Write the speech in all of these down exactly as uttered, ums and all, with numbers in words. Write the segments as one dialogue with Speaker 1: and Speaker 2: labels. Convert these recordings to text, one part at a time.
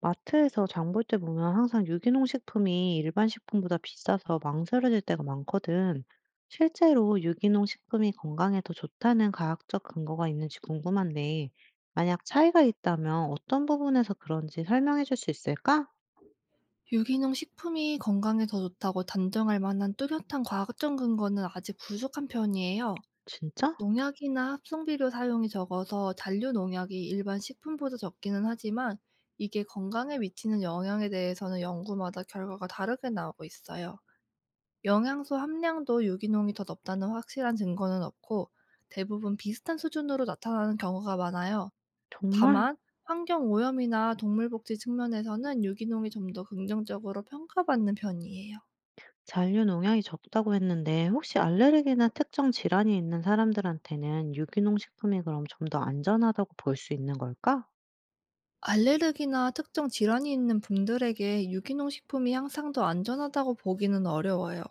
Speaker 1: 마트에서 장볼 때 보면 항상 유기농 식품이 일반 식품보다 비싸서 망설여질 때가 많거든. 실제로 유기농 식품이 건강에 더 좋다는 과학적 근거가 있는지 궁금한데, 만약 차이가 있다면 어떤 부분에서 그런지 설명해 줄 수 있을까?
Speaker 2: 유기농 식품이 건강에 더 좋다고 단정할 만한 뚜렷한 과학적 근거는 아직 부족한 편이에요.
Speaker 1: 진짜?
Speaker 2: 농약이나 합성비료 사용이 적어서 잔류 농약이 일반 식품보다 적기는 하지만, 이게 건강에 미치는 영향에 대해서는 연구마다 결과가 다르게 나오고 있어요. 영양소 함량도 유기농이 더 높다는 확실한 증거는 없고, 대부분 비슷한 수준으로 나타나는 경우가 많아요.
Speaker 1: 정말?
Speaker 2: 다만 환경 오염이나 동물 복지 측면에서는 유기농이 좀 더 긍정적으로 평가받는 편이에요.
Speaker 1: 잔류 농약이 적다고 했는데, 혹시 알레르기나 특정 질환이 있는 사람들한테는 유기농 식품이 그럼 좀 더 안전하다고 볼 수 있는 걸까?
Speaker 2: 알레르기나 특정 질환이 있는 분들에게 유기농 식품이 항상 더 안전하다고 보기는 어려워요.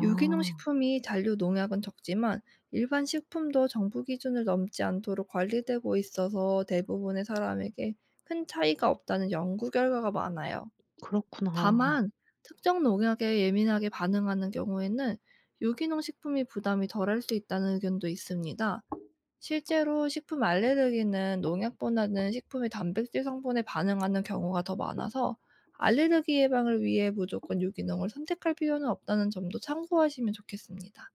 Speaker 2: 유기농 식품이 잔류 농약은 적지만, 일반 식품도 정부 기준을 넘지 않도록 관리되고 있어서 대부분의 사람에게 큰 차이가 없다는 연구 결과가 많아요.
Speaker 1: 그렇구나.
Speaker 2: 다만 특정 농약에 예민하게 반응하는 경우에는 유기농 식품이 부담이 덜할 수 있다는 의견도 있습니다. 실제로 식품 알레르기는 농약보다는 식품의 단백질 성분에 반응하는 경우가 더 많아서, 알레르기 예방을 위해 무조건 유기농을 선택할 필요는 없다는 점도 참고하시면 좋겠습니다.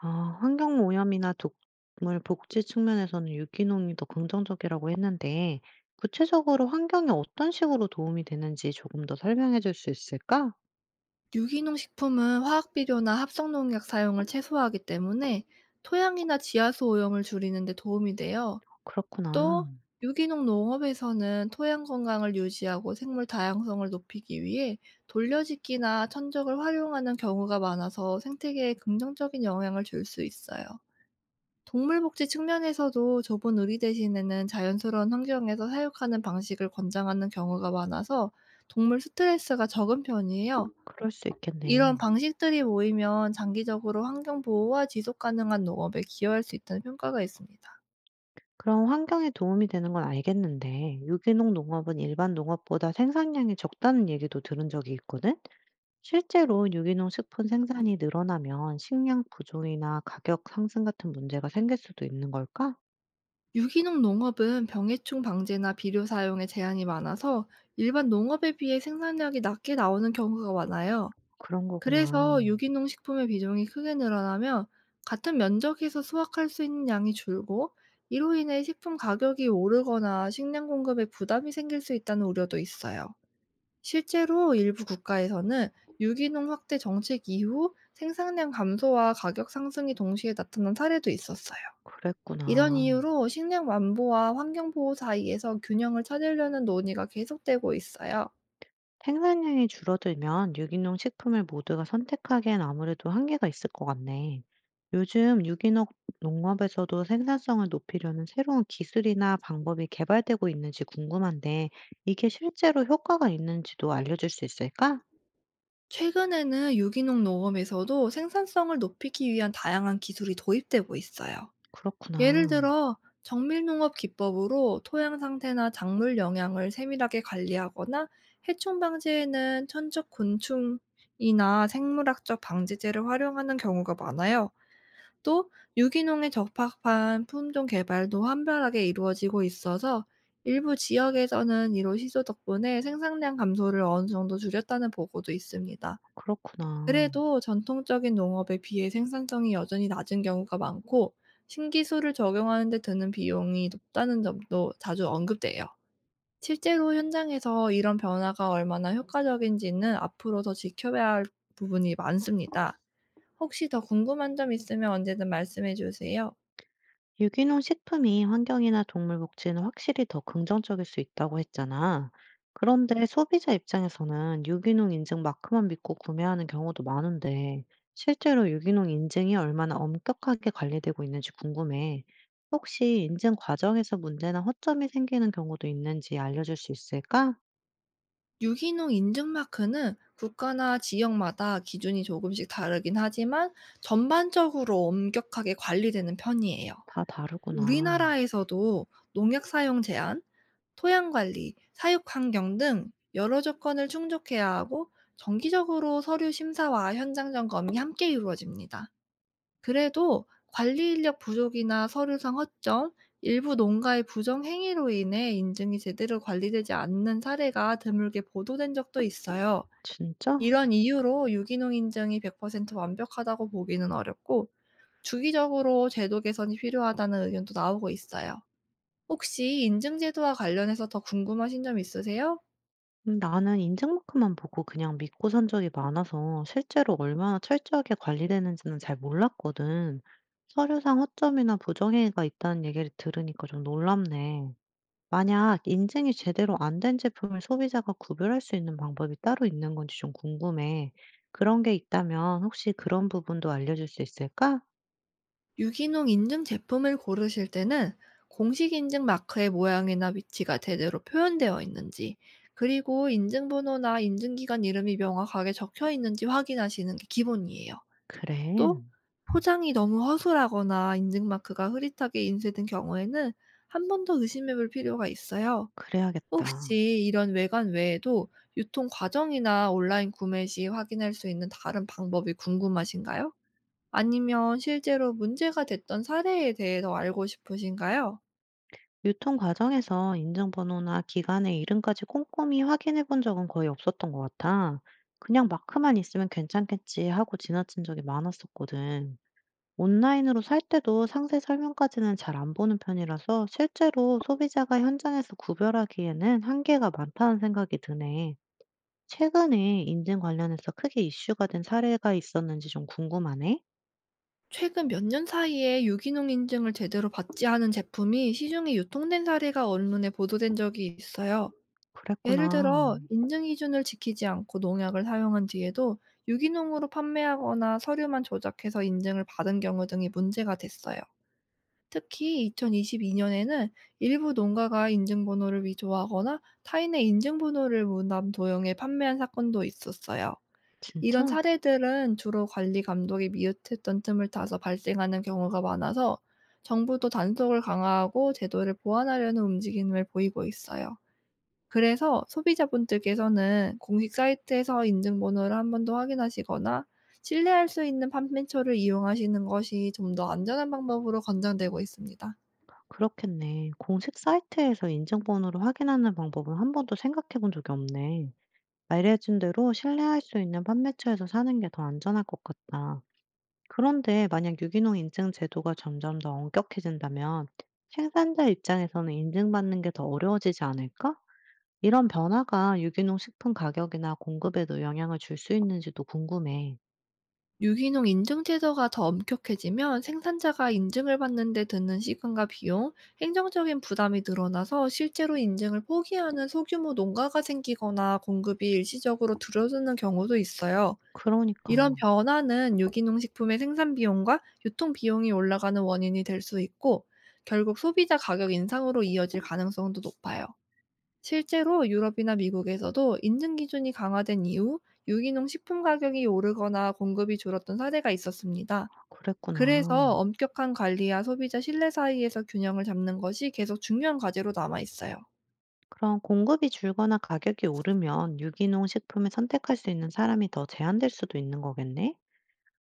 Speaker 1: 아 환경 오염이나 동물 복지 측면에서는 유기농이 더 긍정적이라고 했는데 구체적으로 환경에 어떤 식으로 도움이 되는지 조금 더 설명해 줄 수 있을까?
Speaker 2: 유기농 식품은 화학 비료나 합성 농약 사용을 최소화하기 때문에 토양이나 지하수 오염을 줄이는 데 도움이 돼요.
Speaker 1: 그렇구나.
Speaker 2: 또 유기농 농업에서는 토양 건강을 유지하고 생물 다양성을 높이기 위해 돌려짓기나 천적을 활용하는 경우가 많아서, 생태계에 긍정적인 영향을 줄 수 있어요. 동물 복지 측면에서도 좁은 우리 대신에는 자연스러운 환경에서 사육하는 방식을 권장하는 경우가 많아서, 동물 스트레스가 적은 편이에요.
Speaker 1: 그럴 수
Speaker 2: 이런
Speaker 1: 있겠네.
Speaker 2: 방식들이 모이면 장기적으로 환경 보호와 지속 가능한 농업에 기여할 수 있다는 평가가 있습니다.
Speaker 1: 그럼 환경에 도움이 되는 건 알겠는데 유기농 농업은 일반 농업보다 생산량이 적다는 얘기도 들은 적이 있거든? 실제로 유기농 식품 생산이 늘어나면 식량 부족이나 가격 상승 같은 문제가 생길 수도 있는 걸까?
Speaker 2: 유기농 농업은 병해충 방제나 비료 사용에 제한이 많아서 일반 농업에 비해 생산량이 낮게 나오는 경우가 많아요.
Speaker 1: 그런 거구나.
Speaker 2: 그래서 유기농 식품의 비중이 크게 늘어나면 같은 면적에서 수확할 수 있는 양이 줄고, 이로 인해 식품 가격이 오르거나 식량 공급에 부담이 생길 수 있다는 우려도 있어요. 실제로 일부 국가에서는 유기농 확대 정책 이후 생산량 감소와 가격 상승이 동시에 나타난 사례도 있었어요. 이런
Speaker 1: 그랬구나.
Speaker 2: 이유로 식량 안보와 환경 보호 사이에서 균형을 찾으려는 논의가 계속되고 있어요.
Speaker 1: 생산량이 줄어들면 유기농 식품을 모두가 선택하기엔 아무래도 한계가 있을 것 같네. 요즘 유기농 농업에서도 생산성을 높이려는 새로운 기술이나 방법이 개발되고 있는지 궁금한데, 이게 실제로 효과가 있는지도 알려줄 수 있을까?
Speaker 2: 최근에는 유기농 농업에서도 생산성을 높이기 위한 다양한 기술이 도입되고 있어요. 예를
Speaker 1: 그렇구나.
Speaker 2: 들어 정밀농업 기법으로 토양 상태나 작물 영양을 세밀하게 관리하거나, 해충 방지에는 천적 곤충이나 생물학적 방지제를 활용하는 경우가 많아요. 또 유기농에 적합한 품종 개발도 활발하게 이루어지고 있어서, 일부 지역에서는 이로 시소 덕분에 생산량 감소를 어느 정도 줄였다는 보고도 있습니다.
Speaker 1: 그렇구나.
Speaker 2: 그래도 전통적인 농업에 비해 생산성이 여전히 낮은 경우가 많고, 신기술을 적용하는 데 드는 비용이 높다는 점도 자주 언급돼요. 실제로 현장에서 이런 변화가 얼마나 효과적인지는 앞으로 더 지켜봐야 할 부분이 많습니다. 혹시 더 궁금한 점 있으면 언제든 말씀해 주세요.
Speaker 1: 유기농 식품이 환경이나 동물 복지에는 확실히 더 긍정적일 수 있다고 했잖아. 그런데 소비자 입장에서는 유기농 인증 마크만 믿고 구매하는 경우도 많은데, 실제로 유기농 인증이 얼마나 엄격하게 관리되고 있는지 궁금해. 혹시 인증 과정에서 문제나 허점이 생기는 경우도 있는지 알려줄 수 있을까?
Speaker 2: 유기농 인증 마크는 국가나 지역마다 기준이 조금씩 다르긴 하지만, 전반적으로 엄격하게 관리되는 편이에요.
Speaker 1: 다 다르구나.
Speaker 2: 우리나라에서도 농약 사용 제한, 토양 관리, 사육 환경 등 여러 조건을 충족해야 하고, 정기적으로 서류 심사와 현장 점검이 함께 이루어집니다. 그래도 관리 인력 부족이나 서류상 허점, 일부 농가의 부정 행위로 인해 인증이 제대로 관리되지 않는 사례가 드물게 보도된 적도 있어요.
Speaker 1: 아, 진짜?
Speaker 2: 이런 이유로 유기농 인증이 백 퍼센트 완벽하다고 보기는 어렵고, 주기적으로 제도 개선이 필요하다는 의견도 나오고 있어요. 혹시 인증 제도와 관련해서 더 궁금하신 점 있으세요?
Speaker 1: 음 나는 인증만큼만 보고 그냥 믿고 산 적이 많아서 실제로 얼마나 철저하게 관리되는지는 잘 몰랐거든. 서류상 허점이나 부정행위가 있다는 얘기를 들으니까 좀 놀랍네. 만약 인증이 제대로 안 된 제품을 소비자가 구별할 수 있는 방법이 따로 있는 건지 좀 궁금해. 그런 게 있다면 혹시 그런 부분도 알려줄 수 있을까?
Speaker 2: 유기농 인증 제품을 고르실 때는 공식 인증 마크의 모양이나 위치가 제대로 표현되어 있는지, 그리고 인증 번호나 인증 기간 이름이 명확하게 적혀 있는지 확인하시는 게 기본이에요.
Speaker 1: 그래,
Speaker 2: 또 포장이 너무 허술하거나 인증 마크가 흐릿하게 인쇄된 경우에는 한 번 더 의심해 볼 필요가 있어요.
Speaker 1: 그래야겠다.
Speaker 2: 혹시 이런 외관 외에도 유통 과정이나 온라인 구매 시 확인할 수 있는 다른 방법이 궁금하신가요? 아니면 실제로 문제가 됐던 사례에 대해 더 알고 싶으신가요?
Speaker 1: 유통 과정에서 인증번호나 기간의 이름까지 꼼꼼히 확인해 본 적은 거의 없었던 것 같아. 그냥 마크만 있으면 괜찮겠지 하고 지나친 적이 많았었거든. 온라인으로 살 때도 상세 설명까지는 잘 안 보는 편이라서 실제로 소비자가 현장에서 구별하기에는 한계가 많다는 생각이 드네. 최근에 인증 관련해서 크게 이슈가 된 사례가 있었는지 좀 궁금하네.
Speaker 2: 최근 몇 년 사이에 유기농 인증을 제대로 받지 않은 제품이 시중에 유통된 사례가 언론에 보도된 적이 있어요. 예를
Speaker 1: 그랬구나.
Speaker 2: 들어, 인증 기준을 지키지 않고 농약을 사용한 뒤에도 유기농으로 판매하거나 서류만 조작해서 인증을 받은 경우 등이 문제가 됐어요. 특히 이천이십이 년에는 일부 농가가 인증번호를 위조하거나 타인의 인증번호를 무단 도용해 판매한 사건도 있었어요. 이런
Speaker 1: 진짜?
Speaker 2: 사례들은 주로 관리 감독이 미흡했던 틈을 타서 발생하는 경우가 많아서, 정부도 단속을 강화하고 제도를 보완하려는 움직임을 보이고 있어요. 그래서 소비자분들께서는 공식 사이트에서 인증번호를 한 번 더 확인하시거나, 신뢰할 수 있는 판매처를 이용하시는 것이 좀 더 안전한 방법으로 권장되고 있습니다.
Speaker 1: 그렇겠네. 공식 사이트에서 인증번호를 확인하는 방법은 한 번도 생각해 본 적이 없네. 말해 준 대로 신뢰할 수 있는 판매처에서 사는 게 더 안전할 것 같다. 그런데 만약 유기농 인증 제도가 점점 더 엄격해진다면 생산자 입장에서는 인증받는 게 더 어려워지지 않을까? 이런 변화가 유기농 식품 가격이나 공급에도 영향을 줄 수 있는지도 궁금해.
Speaker 2: 유기농 인증 제도가 더 엄격해지면 생산자가 인증을 받는 데 드는 시간과 비용, 행정적인 부담이 늘어나서, 실제로 인증을 포기하는 소규모 농가가 생기거나 공급이 일시적으로 줄어드는 경우도 있어요.
Speaker 1: 그러니까.
Speaker 2: 이런 변화는 유기농 식품의 생산 비용과 유통 비용이 올라가는 원인이 될 수 있고, 결국 소비자 가격 인상으로 이어질 가능성도 높아요. 실제로 유럽이나 미국에서도 인증 기준이 강화된 이후 유기농 식품 가격이 오르거나 공급이 줄었던 사례가 있었습니다.
Speaker 1: 그랬구나.
Speaker 2: 그래서 엄격한 관리와 소비자 신뢰 사이에서 균형을 잡는 것이 계속 중요한 과제로 남아 있어요.
Speaker 1: 그럼 공급이 줄거나 가격이 오르면 유기농 식품을 선택할 수 있는 사람이 더 제한될 수도 있는 거겠네?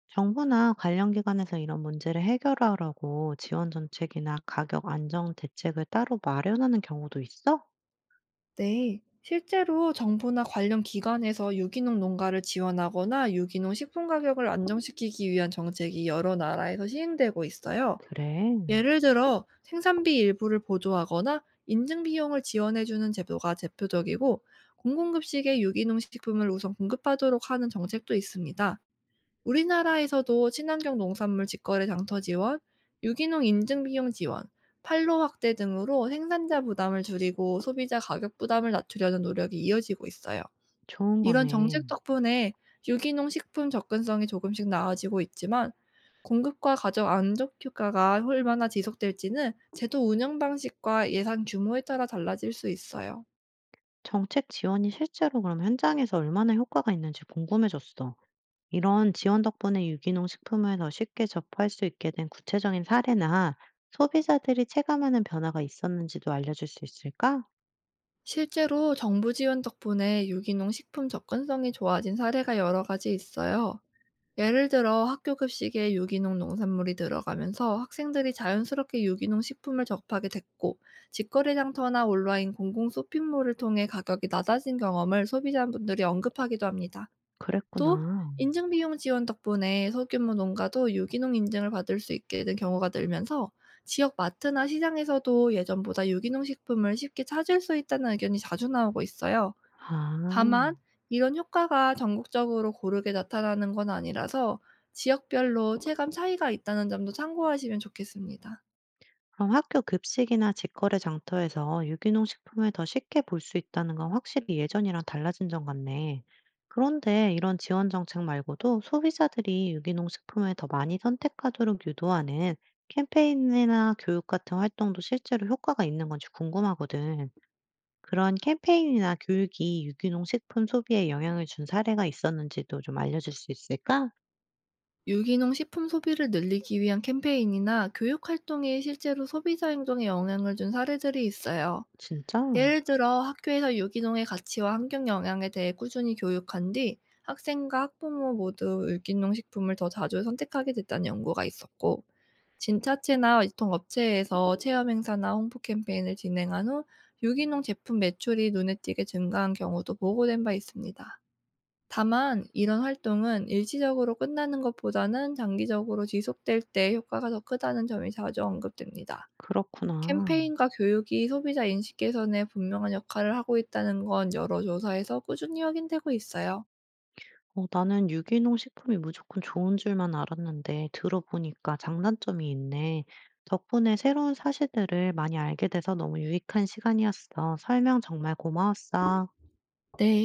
Speaker 1: 정부나 관련 기관에서 이런 문제를 해결하라고 지원 정책이나 가격 안정 대책을 따로 마련하는 경우도 있어?
Speaker 2: 네. 실제로 정부나 관련 기관에서 유기농 농가를 지원하거나 유기농 식품 가격을 안정시키기 위한 정책이 여러 나라에서 시행되고 있어요.
Speaker 1: 그래,
Speaker 2: 예를 들어 생산비 일부를 보조하거나 인증 비용을 지원해 주는 제도가 대표적이고, 공공급식에 유기농 식품을 우선 공급하도록 하는 정책도 있습니다. 우리나라에서도 친환경 농산물 직거래 장터 지원, 유기농 인증 비용 지원, 판로 확대 등으로 생산자 부담을 줄이고 소비자 가격 부담을 낮추려는 노력이 이어지고 있어요.
Speaker 1: 좋은
Speaker 2: 이런
Speaker 1: 거네.
Speaker 2: 정책 덕분에 유기농 식품 접근성이 조금씩 나아지고 있지만, 공급과 가격 안정 효과가 얼마나 지속될지는 제도 운영 방식과 예산 규모에 따라 달라질 수 있어요.
Speaker 1: 정책 지원이 실제로 그럼 현장에서 얼마나 효과가 있는지 궁금해졌어. 이런 지원 덕분에 유기농 식품을 더 쉽게 접할 수 있게 된 구체적인 사례나 소비자들이 체감하는 변화가 있었는지도 알려줄 수 있을까?
Speaker 2: 실제로 정부 지원 덕분에 유기농 식품 접근성이 좋아진 사례가 여러 가지 있어요. 예를 들어 학교 급식에 유기농 농산물이 들어가면서 학생들이 자연스럽게 유기농 식품을 접하게 됐고, 직거래 장터나 온라인 공공 쇼핑몰을 통해 가격이 낮아진 경험을 소비자분들이 언급하기도 합니다. 또
Speaker 1: 그랬구나.
Speaker 2: 인증 비용 지원 덕분에 소규모 농가도 유기농 인증을 받을 수 있게 된 경우가 늘면서, 지역 마트나 시장에서도 예전보다 유기농 식품을 쉽게 찾을 수 있다는 의견이 자주 나오고 있어요.
Speaker 1: 아.
Speaker 2: 다만 이런 효과가 전국적으로 고르게 나타나는 건 아니라서, 지역별로 체감 차이가 있다는 점도 참고하시면 좋겠습니다.
Speaker 1: 그럼 학교 급식이나 직거래 장터에서 유기농 식품을 더 쉽게 볼 수 있다는 건 확실히 예전이랑 달라진 점 같네. 그런데 이런 지원 정책 말고도 소비자들이 유기농 식품을 더 많이 선택하도록 유도하는 캠페인이나 교육 같은 활동도 실제로 효과가 있는 건지 궁금하거든. 그런 캠페인이나 교육이 유기농 식품 소비에 영향을 준 사례가 있었는지도 좀 알려줄 수 있을까?
Speaker 2: 유기농 식품 소비를 늘리기 위한 캠페인이나 교육 활동이 실제로 소비자 행동에 영향을 준 사례들이 있어요.
Speaker 1: 진짜?
Speaker 2: 예를 들어 학교에서 유기농의 가치와 환경 영향에 대해 꾸준히 교육한 뒤 학생과 학부모 모두 유기농 식품을 더 자주 선택하게 됐다는 연구가 있었고, 진차체나 유통업체에서 체험 행사나 홍보 캠페인을 진행한 후 유기농 제품 매출이 눈에 띄게 증가한 경우도 보고된 바 있습니다. 다만 이런 활동은 일시적으로 끝나는 것보다는 장기적으로 지속될 때 효과가 더 크다는 점이 자주 언급됩니다.
Speaker 1: 그렇구나.
Speaker 2: 캠페인과 교육이 소비자 인식 개선에 분명한 역할을 하고 있다는 건 여러 조사에서 꾸준히 확인되고 있어요.
Speaker 1: 어, 나는 유기농 식품이 무조건 좋은 줄만 알았는데 들어보니까 장단점이 있네. 덕분에 새로운 사실들을 많이 알게 돼서 너무 유익한 시간이었어. 설명 정말 고마웠어.
Speaker 2: 네.